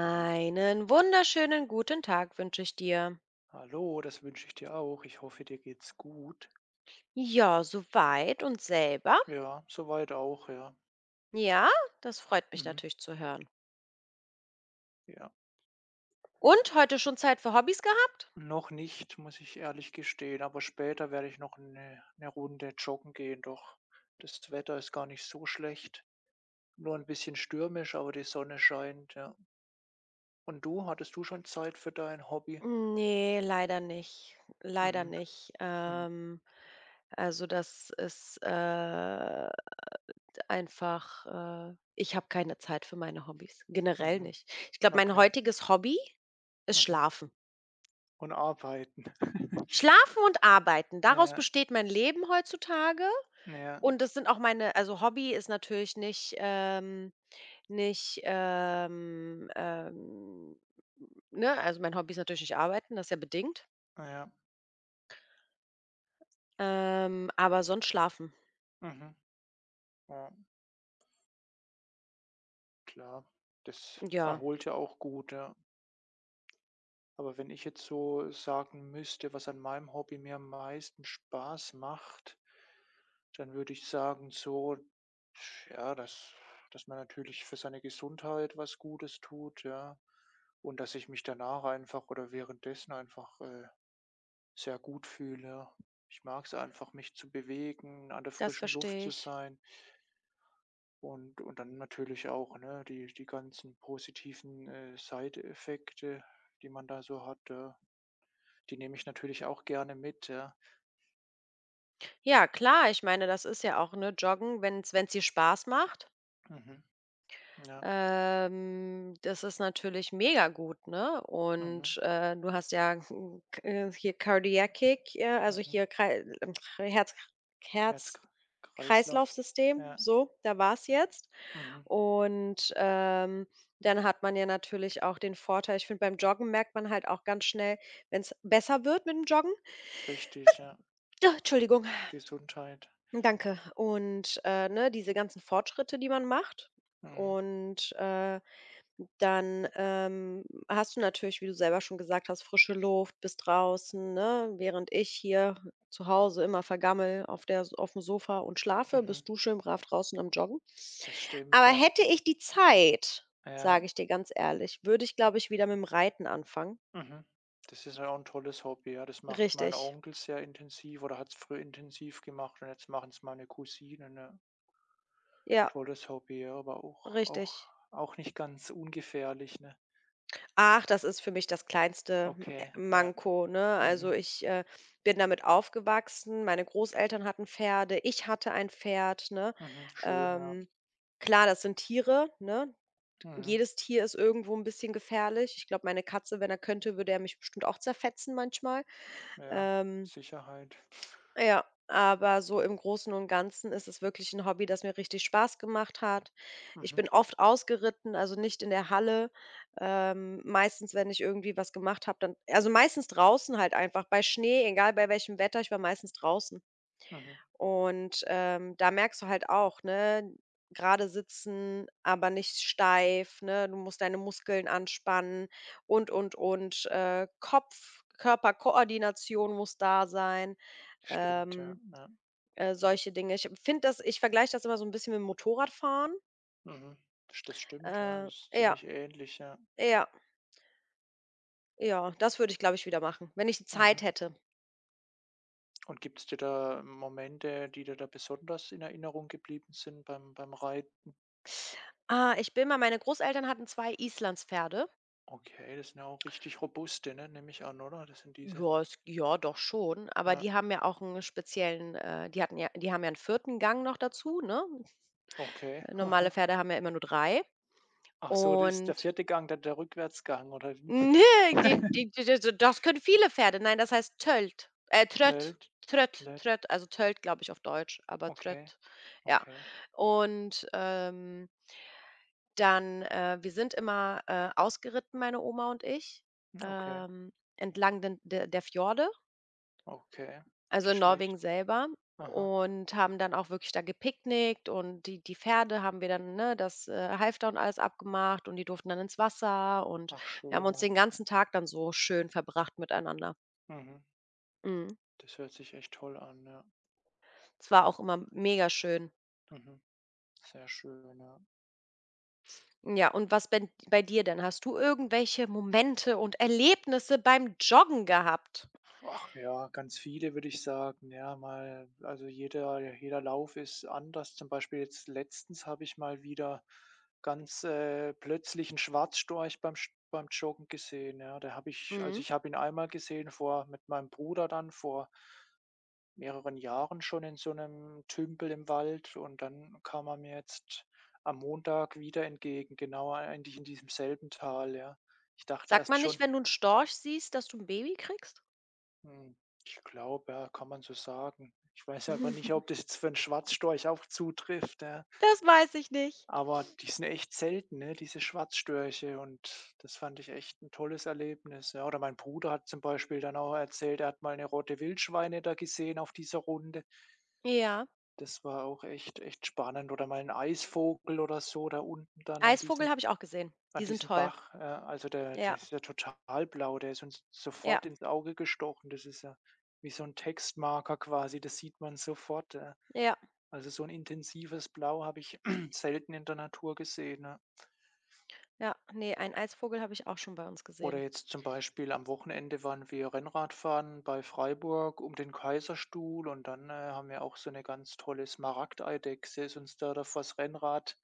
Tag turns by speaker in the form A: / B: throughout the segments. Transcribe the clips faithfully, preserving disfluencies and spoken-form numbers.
A: Hal
B: wunderschönen guten Tag wünsche ich dir.
A: Hallo, das wünsche ich dir auch. Ich hoffe, dir geht's gut.
B: Ja, soweit und selber?
A: Ja, soweit auch, ja.
B: Ja, das freut mich
A: Mhm.
B: natürlich zu hören.
A: Ja.
B: Und heute schon Zeit für Hobbys gehabt?
A: Noch nicht, muss ich ehrlich gestehen, aber später werde ich noch eine 'ne Runde joggen gehen, doch. Das Wetter ist gar nicht so schlecht. Nur ein bisschen stürmisch, aber die Sonne scheint, ja. Und du, hattest du schon Zeit für dein Hobby?
B: Ne, leider nicht. Leider
A: Mhm,
B: nicht.
A: mhm,
B: Ähm, also das ist, äh, einfach äh, ich habe keine Zeit für meine Hobbys, generell
A: mhm,
B: nicht. Ich glaube, mein
A: okay,
B: heutiges Hobby ist
A: mhm.
B: Schlafen.
A: Und arbeiten.
B: Schlafen und Arbeiten, daraus
A: Ja,
B: besteht mein Leben heutzutage.
A: ja,
B: Und das sind auch meine, also Hobby ist natürlich nicht, ähm nicht, ähm, ähm ne, also mein Hobby ist natürlich nicht arbeiten, das ist ja bedingt,
A: ja,
B: ähm, aber sonst schlafen.
A: mhm, ja. Klar, das
B: Ja,
A: erholt ja auch gut, ja. Aber wenn ich jetzt so sagen müsste, was an meinem Hobby mir am meisten Spaß macht, dann würde ich sagen, so, ja, dass, dass man natürlich für seine Gesundheit was Gutes tut, ja. Und dass ich mich danach einfach oder währenddessen einfach äh, sehr gut fühle. Ich mag es einfach, mich zu bewegen, an der
B: das
A: frischen Luft
B: verstehe
A: zu
B: ich.
A: sein. Und und dann natürlich auch, ne, die die ganzen positiven, äh, Side-Effekte, die man da so hat, ja. Die nehme ich natürlich auch gerne mit, ja.
B: Ja, klar, ich meine, das ist ja auch, ne, Joggen, wenn es dir Spaß macht.
A: Mhm, ja,
B: Ähm, das ist natürlich mega gut, ne?
A: mhm,
B: Und, äh, du hast ja n k äh, hier cardiac, ja, also
A: mhm.
B: hier Krei ähm, Herz
A: Herz
B: Herz
A: Kreislauf,
B: Kreislaufsystem,
A: ja,
B: so, da war's jetzt.
A: mhm,
B: Und, ähm, dann hat man ja natürlich auch den Vorteil, ich finde, beim Joggen merkt man halt auch ganz schnell, wenn es besser wird mit dem Joggen.
A: richtig, ja.
B: Ah, Entschuldigung,
A: Gesundheit.
B: danke. Und, äh, ne, diese ganzen Fortschritte, die man macht,
A: Mhm,
B: und äh Dann, ähm, hast du natürlich, wie du selber schon gesagt hast, frische Luft, bist draußen, ne? Während ich hier zu Hause immer vergammel auf der S aufm Sofa und schlafe,
A: mhm.
B: bist du schön brav draußen am Joggen.
A: Das
B: Aber
A: stimmt, ja.
B: hätte ich die Zeit,
A: Ja,
B: sage ich dir ganz ehrlich, würde ich, glaube ich, wieder mit dem Reiten anfangen.
A: mhm. Das ist ja auch 'n tolles Hobby, ja. Das macht mein
B: Richtig.
A: Onkel sehr intensiv oder hat's früher intensiv gemacht und jetzt machen's meine Cousinen, ja.
B: Ja,
A: Tolles Hobby, ja, aber auch auch
B: richtig.
A: auch nicht ganz ungefährlich, ne?
B: Ach, das ist für mich das kleinste Ä
A: Okay, ja.
B: Manko, ne? Also,
A: Mhm,
B: ich, äh, bin damit aufgewachsen. Meine Großeltern hatten Pferde, ich hatte ein Pferd, ne?
A: mhm, schön, ja.
B: Ähm, klar, das sind Tiere, ne?
A: Mhm,
B: Jedes Tier ist irgendwo ein bisschen gefährlich. Ich glaube, meine Katze, wenn er könnte, würde er mich bestimmt auch zerfetzen manchmal.
A: ja,
B: Ähm
A: Sicherheit.
B: ja, aber so im Großen und Ganzen ist es wirklich ein Hobby, das mir richtig Spaß gemacht hat. Ich
A: Mhm,
B: bin oft ausgeritten, also nicht in der Halle. Ähm, meistens, wenn ich irgendwie was gemacht habe, dann also meistens draußen halt einfach bei Schnee, egal bei welchem Wetter, ich war meistens draußen.
A: mhm,
B: Und, ähm, da merkst du halt auch, ne, gerade sitzen, aber nicht steif, ne? Du musst deine Muskeln anspannen und, und, und. Äh, Kopf Körperkoordination muss da sein.
A: stimmt, ja,
B: Ähm
A: ja.
B: äh, Solche Dinge. Ich finde das ich vergleiche das immer so ein bisschen mit dem Motorradfahren.
A: Mhm, st das stimmt, ja,
B: Äh,
A: das ist
B: ja,
A: ziemlich ähnlich, ja.
B: ja, ja, das würde ich, glaube ich, wieder machen, wenn ich die Zeit
A: Mhm.
B: hätte.
A: Und gibt es dir da Momente, die dir da besonders in Erinnerung geblieben sind beim beim Reiten?
B: Ah, ich bin mal Meine Großeltern hatten zwei Islandspferde.
A: Okay, das sind ja auch richtig robuste, ne, nehme ich an, oder? Das sind diese
B: Ja, es, ja, doch schon, aber
A: ja,
B: die haben ja auch einen speziellen, äh, die hatten ja die haben ja einen vierten Gang noch dazu, ne?
A: okay.
B: Äh, Normale Pferde haben ja immer nur drei.
A: Ach so, das ist der
B: Und,
A: vierte Gang, dann der Rückwärtsgang, oder wie?
B: ne, die die die d das können viele Pferde. Nein, das heißt tölt, äh, trött,
A: Telt,
B: trött,
A: Klett,
B: trött, also tölt, glaube ich, auf Deutsch, aber
A: okay,
B: trött, ja.
A: okay,
B: Und, ähm, dann, äh wir sind immer, äh, ausgeritten, meine Oma und ich,
A: okay,
B: ähm, entlang den der der Fjorde.
A: okay.
B: Also
A: Nicht
B: in Norwegen
A: schlecht.
B: selber,
A: Aha.
B: und haben dann auch wirklich da gepicknickt und die die Pferde haben wir dann, ne, das, äh, Halfter und alles abgemacht, und die durften dann ins Wasser, und
A: Ach
B: wir haben
A: schön,
B: uns
A: ja.
B: den ganzen Tag dann so schön verbracht miteinander.
A: Mhm.
B: Mhm.
A: Das hört sich echt toll an, ja.
B: Es war auch immer mega schön.
A: Mhm. Sehr schön, ja.
B: Ja, und was ben bei dir denn? Hast du irgendwelche Momente und Erlebnisse beim Joggen gehabt?
A: Ach ja, ganz viele würde ich sagen, ja, mal also jeder jeder Lauf ist anders. Zum Beispiel jetzt letztens habe ich mal wieder ganz, äh, plötzlich einen Schwarzstorch beim Sch beim Joggen gesehen, ja. Da habe ich Also
B: Mhm.
A: ich habe ihn einmal gesehen vor mit meinem Bruder dann vor mehreren Jahren schon in so einem Tümpel im Wald und dann kam er mir jetzt am Montag wieder entgegen, genau eigentlich in diesem selben Tal, ja. Ich dachte
B: Sagt
A: erst
B: man nicht,
A: schon
B: wenn du einen Storch siehst, dass du ein Baby kriegst?
A: hm, Ich glaube, ja, kann man so sagen. Ich weiß aber nicht, ob das jetzt für einen Schwarzstorch auch zutrifft, ja.
B: Das weiß ich nicht.
A: Aber die sind echt selten, ne, diese Schwarzstörche, und das fand ich echt ein tolles Erlebnis, ja. Oder mein Bruder hat zum Beispiel dann auch erzählt, er hat mal eine Rote Wildschweine da gesehen auf dieser Runde.
B: Ja,
A: Das war auch echt echt spannend, oder mal ein Eisvogel oder so da unten dann an diesem
B: Eisvogel habe ich auch gesehen.
A: an
B: Die sind
A: diesem
B: toll.
A: Bach. Äh, also, der der
B: Ja,
A: ist ja total blau, der ist uns
B: ja,
A: sofort ins Auge gestochen. Das ist ja wie so ein Textmarker quasi, das sieht man sofort, ja.
B: ja,
A: Also, so ein intensives Blau habe ich selten in der Natur gesehen, ja.
B: ja. Ne, einen Eisvogel habe ich auch schon bei uns
A: Oder
B: gesehen.
A: jetzt zum Beispiel am Wochenende waren wir Rennradfahren bei Freiburg um den Kaiserstuhl, und dann, äh, haben wir auch so eine ganz tolle Smaragdeidechse ist uns da da das Rennrad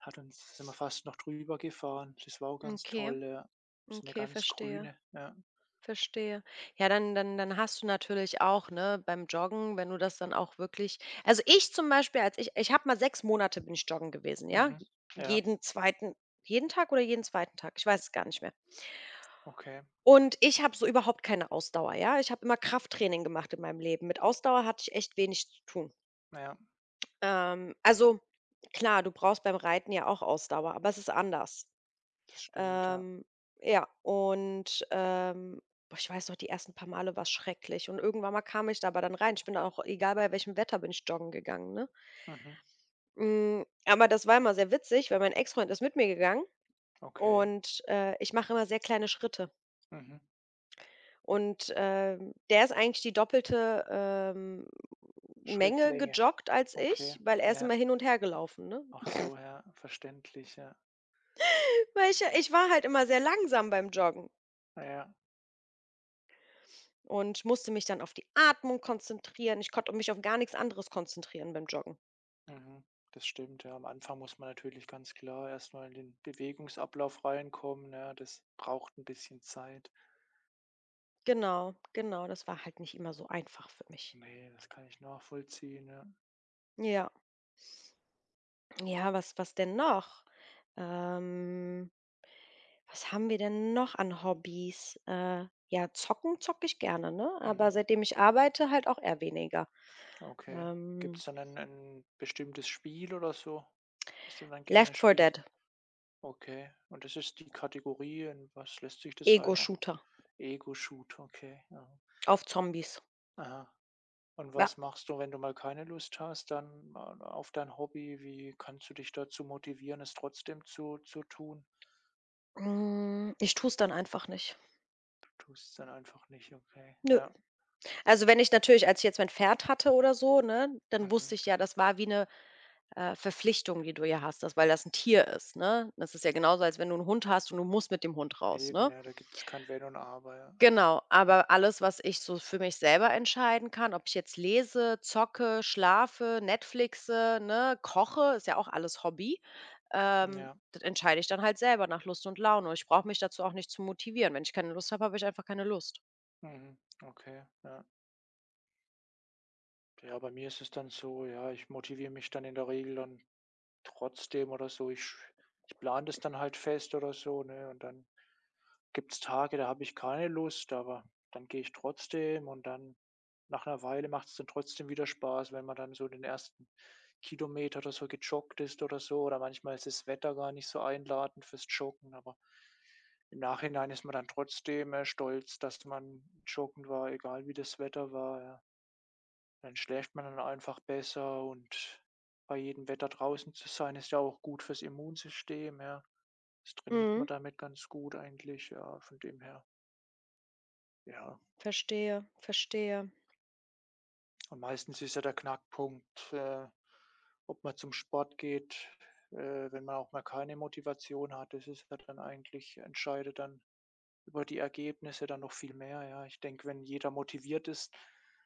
A: hat uns sind wir fast noch drüber gefahren. Das war auch ganz
B: Okay,
A: toll, ja. So eine
B: okay,
A: ganz
B: verstehe,
A: grüne, ja.
B: verstehe. Ja, dann dann dann hast du natürlich auch, ne, beim Joggen, wenn du das dann auch wirklich also, ich zum Beispiel, als ich ich habe mal sechs Monate bin ich joggen gewesen, ja?
A: Mhm.
B: J-
A: Ja,
B: Jeden zweiten, jeden Tag oder jeden zweiten Tag? Ich weiß es gar nicht mehr.
A: okay.
B: Und ich habe so überhaupt keine Ausdauer, ja? Ich habe immer Krafttraining gemacht in meinem Leben. Mit Ausdauer hatte ich echt wenig zu tun.
A: Ja,
B: Ähm, also, klar, du brauchst beim Reiten ja auch Ausdauer, aber es ist anders.
A: das stimmt, ja.
B: Ähm, ja, und, ähm, boah, ich weiß noch, die ersten paar Male war es schrecklich und irgendwann mal kam ich da aber dann rein. Ich bin da auch egal bei welchem Wetter bin ich joggen gegangen, ne?
A: Mhm.
B: Hm, aber das war immer sehr witzig, weil mein Ex-Freund ist mit mir gegangen
A: Okay.
B: und, äh, ich mache immer sehr kleine Schritte.
A: Mhm.
B: Und, ähm, der ist eigentlich die doppelte, ähm, Menge
A: Schrittlänge.
B: gejoggt als
A: Okay.
B: ich, weil er ist immer
A: Ja.
B: hin und her gelaufen, ne?
A: Ach so, ja, verständlich, ja.
B: Weil ich ja ich war halt immer sehr langsam beim Joggen.
A: Ja.
B: Und musste mich dann auf die Atmung konzentrieren. Ich konnte mich auf gar nichts anderes konzentrieren beim Joggen.
A: Mhm. Das stimmt, ja. Am Anfang muss man natürlich ganz klar erst mal in den Bewegungsablauf reinkommen, ja. Das braucht ein bisschen Zeit.
B: Genau, genau, das war halt nicht immer so einfach für mich.
A: Ne, das kann ich nachvollziehen, ja.
B: Ja. Ja, was was denn noch? Ähm, Was haben wir denn noch an Hobbys? Äh, ja, zocken zocke ich gerne, ne? Aber
A: Mhm.
B: seitdem ich arbeite, halt auch eher weniger.
A: Okay.
B: Ähm,
A: Gibt's dann ein 'n bestimmtes Spiel oder so, das du dann gerne
B: Left four
A: spielst?
B: Dead,
A: Okay. Und das ist die Kategorie, in was lässt sich das einordnen?
B: Ego-Shooter
A: Ego-Shoot, okay, ja.
B: auf Zombies.
A: Aha. Und
B: Ja.
A: was machst du, wenn du mal keine Lust hast dann a auf dein Hobby? Wie kannst du dich dazu motivieren, es trotzdem zu zu tun?
B: Hm, ich tue es dann einfach nicht.
A: Tust dann einfach nicht, okay.
B: Nö.
A: Ja,
B: Also, wenn ich natürlich, als ich jetzt mein Pferd hatte oder so, ne, dann
A: mhm.
B: wusste ich ja, das war wie eine, äh, Verpflichtung, die du ja hast, das, weil das ein Tier ist, ne? Das ist ja genauso, als wenn du einen Hund hast und du musst mit dem Hund
A: Ja,
B: raus,
A: eben,
B: ne?
A: ja, da gibt's kein Wenn und Aber, ja.
B: Genau, aber alles, was ich so für mich selber entscheiden kann, ob ich jetzt lese, zocke, schlafe, Netflixe, ne, koche, ist ja auch alles Hobby,
A: Hm,
B: ähm,
A: ja,
B: das entscheide ich dann halt selber nach Lust und Laune. Ich brauche mich dazu auch nicht zu motivieren. Wenn ich keine Lust habe, habe ich einfach keine Lust.
A: mhm, okay, ja. Ja, bei mir ist es dann so, ja, ich motiviere mich dann in der Regel dann trotzdem oder so. Ich sch ich plane das dann halt fest oder so, ne, und dann gibt's Tage, da habe ich keine Lust, aber dann gehe ich trotzdem, und dann nach einer Weile macht's dann trotzdem wieder Spaß, wenn man dann so den ersten Kilometer oder so gejoggt ist oder so. Oder manchmal ist das Wetter gar nicht so einladend fürs Joggen, aber im Nachhinein ist man dann trotzdem, äh, stolz, dass man joggen war, egal wie das Wetter war, ja. Dann schläft man dann einfach besser, und bei jedem Wetter draußen zu sein, ist ja auch gut fürs Immunsystem, ja. Das trainiert
B: Mhm.
A: man damit ganz gut eigentlich, ja, von dem her. Ja,
B: Verstehe, verstehe.
A: und meistens ist ja der Knackpunkt, äh, ob man zum Sport geht, äh, wenn man auch mal keine Motivation hat. Das ist ja dann eigentlich entscheidet dann über die Ergebnisse dann noch viel mehr, ja. Ich denke, wenn jeder motiviert ist,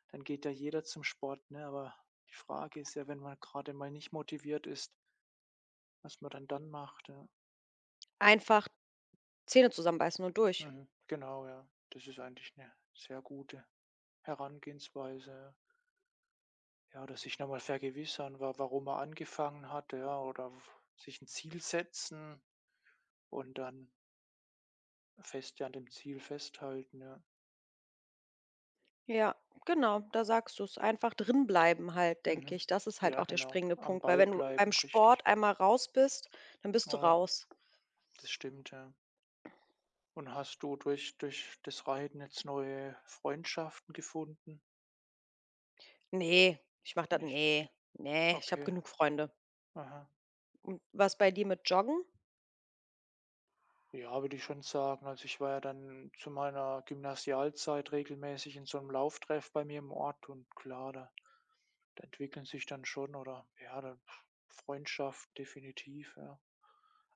A: dann geht ja jeder zum Sport, ne? Aber die Frage ist ja, wenn man gerade mal nicht motiviert ist, was man dann dann macht, ja.
B: Einfach Zähne zusammenbeißen und durch.
A: Mhm. Genau, ja. Das ist eigentlich 'ne sehr gute Herangehensweise. Ja, oder sich noch mal vergewissern, wa warum man angefangen hat, ja, oder w sich 'n Ziel setzen und dann fest, ja, an dem Ziel festhalten, ja.
B: Ja, genau, da sagst du's. Einfach drinbleiben halt, denke
A: Mhm.
B: ich. Das ist halt
A: Ja,
B: auch der
A: genau.
B: springende
A: Am
B: Punkt, weil
A: Ball
B: wenn du beim
A: bleiben, richtig.
B: Sport einmal raus bist, dann bist du
A: Ja,
B: raus.
A: das stimmt, ja. Und hast du durch durch das Reiten jetzt neue Freundschaften gefunden?
B: Ne, ich mach das,
A: Nicht?
B: ne, ne, ich habe
A: Okay.
B: genug Freunde.
A: Aha.
B: Und was bei dir mit Joggen?
A: Ja, würde ich schon sagen. Also ich war ja dann zu meiner Gymnasialzeit regelmäßig in so einem Lauftreff bei mir im Ort, und klar, da da entwickeln sich dann schon, oder ja, da Freundschaft definitiv, ja.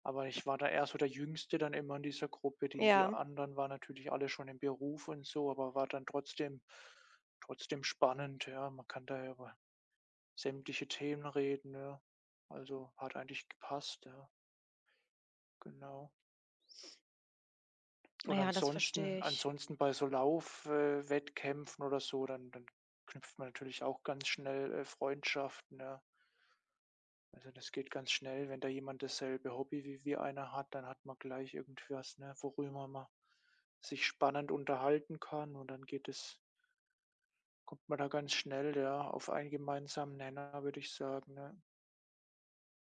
A: Aber ich war da eher so der Jüngste dann immer in dieser Gruppe. Die die
B: Ja,
A: anderen waren natürlich alle schon im Beruf und so, aber war dann trotzdem trotzdem spannend, ja. Man kann da ja über sämtliche Themen reden, ja. Also, hat eigentlich gepasst, ja, genau. Und
B: ja, das verstehe
A: ansonsten
B: ich.
A: ansonsten bei so Laufwettkämpfen äh, Wettkämpfen oder so, dann dann knüpft man natürlich auch ganz schnell, äh, Freundschaften, ja. Also, das geht ganz schnell, wenn da jemand dasselbe Hobby wie wir einer hat, dann hat man gleich irgendwas, ne, worüber man sich spannend unterhalten kann, und dann geht es kommt man da ganz schnell, ja, auf einen gemeinsamen Nenner, würde ich sagen, ne?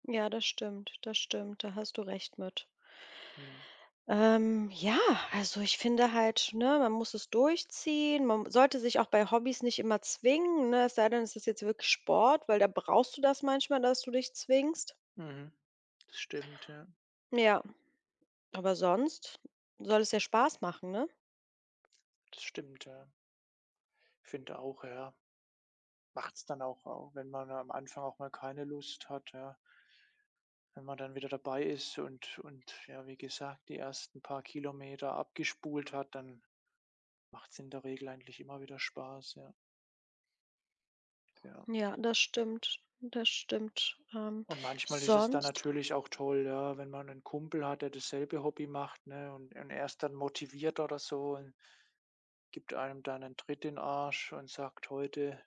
B: Ja, das stimmt, das stimmt, da hast du recht mit.
A: Mhm.
B: Ähm, ja, also ich finde halt, ne, man muss es durchziehen. Man sollte sich auch bei Hobbys nicht immer zwingen, ne? Es sei denn, es ist jetzt wirklich Sport, weil da brauchst du das manchmal, dass du dich zwingst.
A: Mhm. Das stimmt, ja.
B: Ja, aber sonst soll es ja Spaß machen, ne?
A: Das stimmt, ja. Finde auch, ja. Macht's dann auch auch, wenn man am Anfang auch mal keine Lust hat, ja. Wenn man dann wieder dabei ist, und und ja, wie gesagt, die ersten paar Kilometer abgespult hat, dann macht's in der Regel eigentlich immer wieder Spaß, ja, ja.
B: Ja, das stimmt. Das stimmt. Ähm,
A: Und manchmal ist es dann
B: sonst,
A: natürlich auch toll, ja, wenn man einen Kumpel hat, der dasselbe Hobby macht, ne, und und er ist dann motiviert oder so und gibt einem dann einen Tritt in den Arsch und sagt: „Heute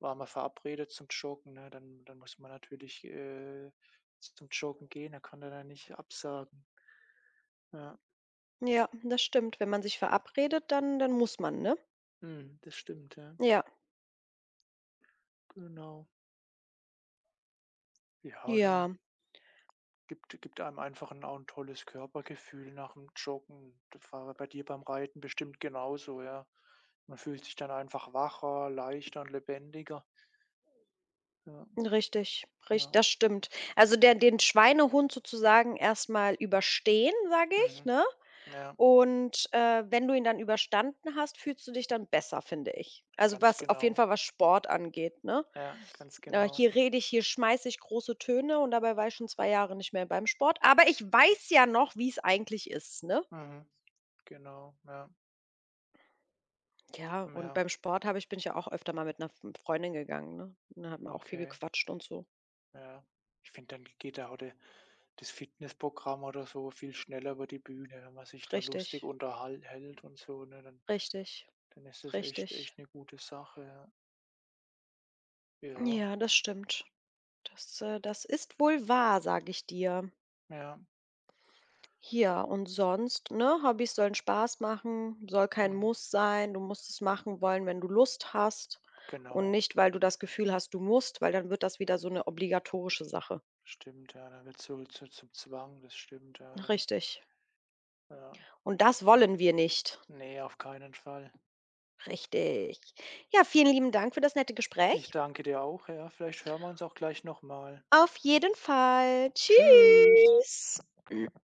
A: waren wir verabredet zum Joggen“, ne? Dann dann muss man natürlich, äh, zum Joggen gehen, er kann er dann nicht absagen. Ja,
B: ja, das stimmt. Wenn man sich verabredet, dann, dann muss man, ne?
A: mhm, das stimmt, ja,
B: Ja,
A: genau. Ja, und dann
B: ja,
A: gibt gibt einem einfach ein auch ein tolles Körpergefühl nach dem Joggen. Das war ja bei dir beim Reiten bestimmt genauso, ja. Man fühlt sich dann einfach wacher, leichter und lebendiger. Ja,
B: richtig, richtig,
A: ja,
B: das stimmt. Also der, den Schweinehund sozusagen erstmal überstehen, sage ich,
A: mhm,
B: ne?
A: ja,
B: Und, äh, wenn du ihn dann überstanden hast, fühlst du dich dann besser, finde ich. Also,
A: ganz
B: was auf jeden
A: genau.
B: Fall, was Sport angeht, ne?
A: Ja, ganz
B: Äh,
A: genau.
B: hier rede ich, hier schmeiße ich große Töne und dabei war ich schon zwei Jahre nicht mehr beim Sport, aber ich weiß ja noch, wie es eigentlich ist, ne?
A: Mhm, genau, ja,
B: Ja, und
A: ja,
B: beim Sport habe ich bin ich ja auch öfter mal mit einer Freundin gegangen, ne? Und da hat man auch viel
A: okay,
B: gequatscht und so.
A: ja. Ich finde, dann geht da auch de das Fitnessprogramm oder so viel schneller über die Bühne, wenn man sich da lustig
B: Richtig,
A: unterhält hält und so, ne? Dann
B: richtig,
A: dann ist das echt
B: richtig.
A: echt eine gute Sache. Ja,
B: Ja, das stimmt. Das, äh das ist wohl wahr, sage ich dir.
A: ja,
B: Ja, und sonst, ne? Hobbys sollen Spaß machen, soll kein
A: mhm,
B: Muss sein. Du musst es machen wollen, wenn du Lust hast und
A: genau.
B: nicht, weil du das Gefühl hast, du musst, weil dann wird das wieder so eine obligatorische Sache.
A: Stimmt, ja, dann wird's so zu zum Zwang, das stimmt, ja, dann
B: Richtig.
A: ja.
B: Und das wollen wir nicht.
A: Ne, auf keinen Fall.
B: Richtig. Ja, vielen lieben Dank für das nette
A: Ich
B: Gespräch.
A: danke dir auch, ja. Vielleicht hören wir uns auch gleich nochmal.
B: Auf jeden Fall.
A: Tschüss.
B: Tschüss.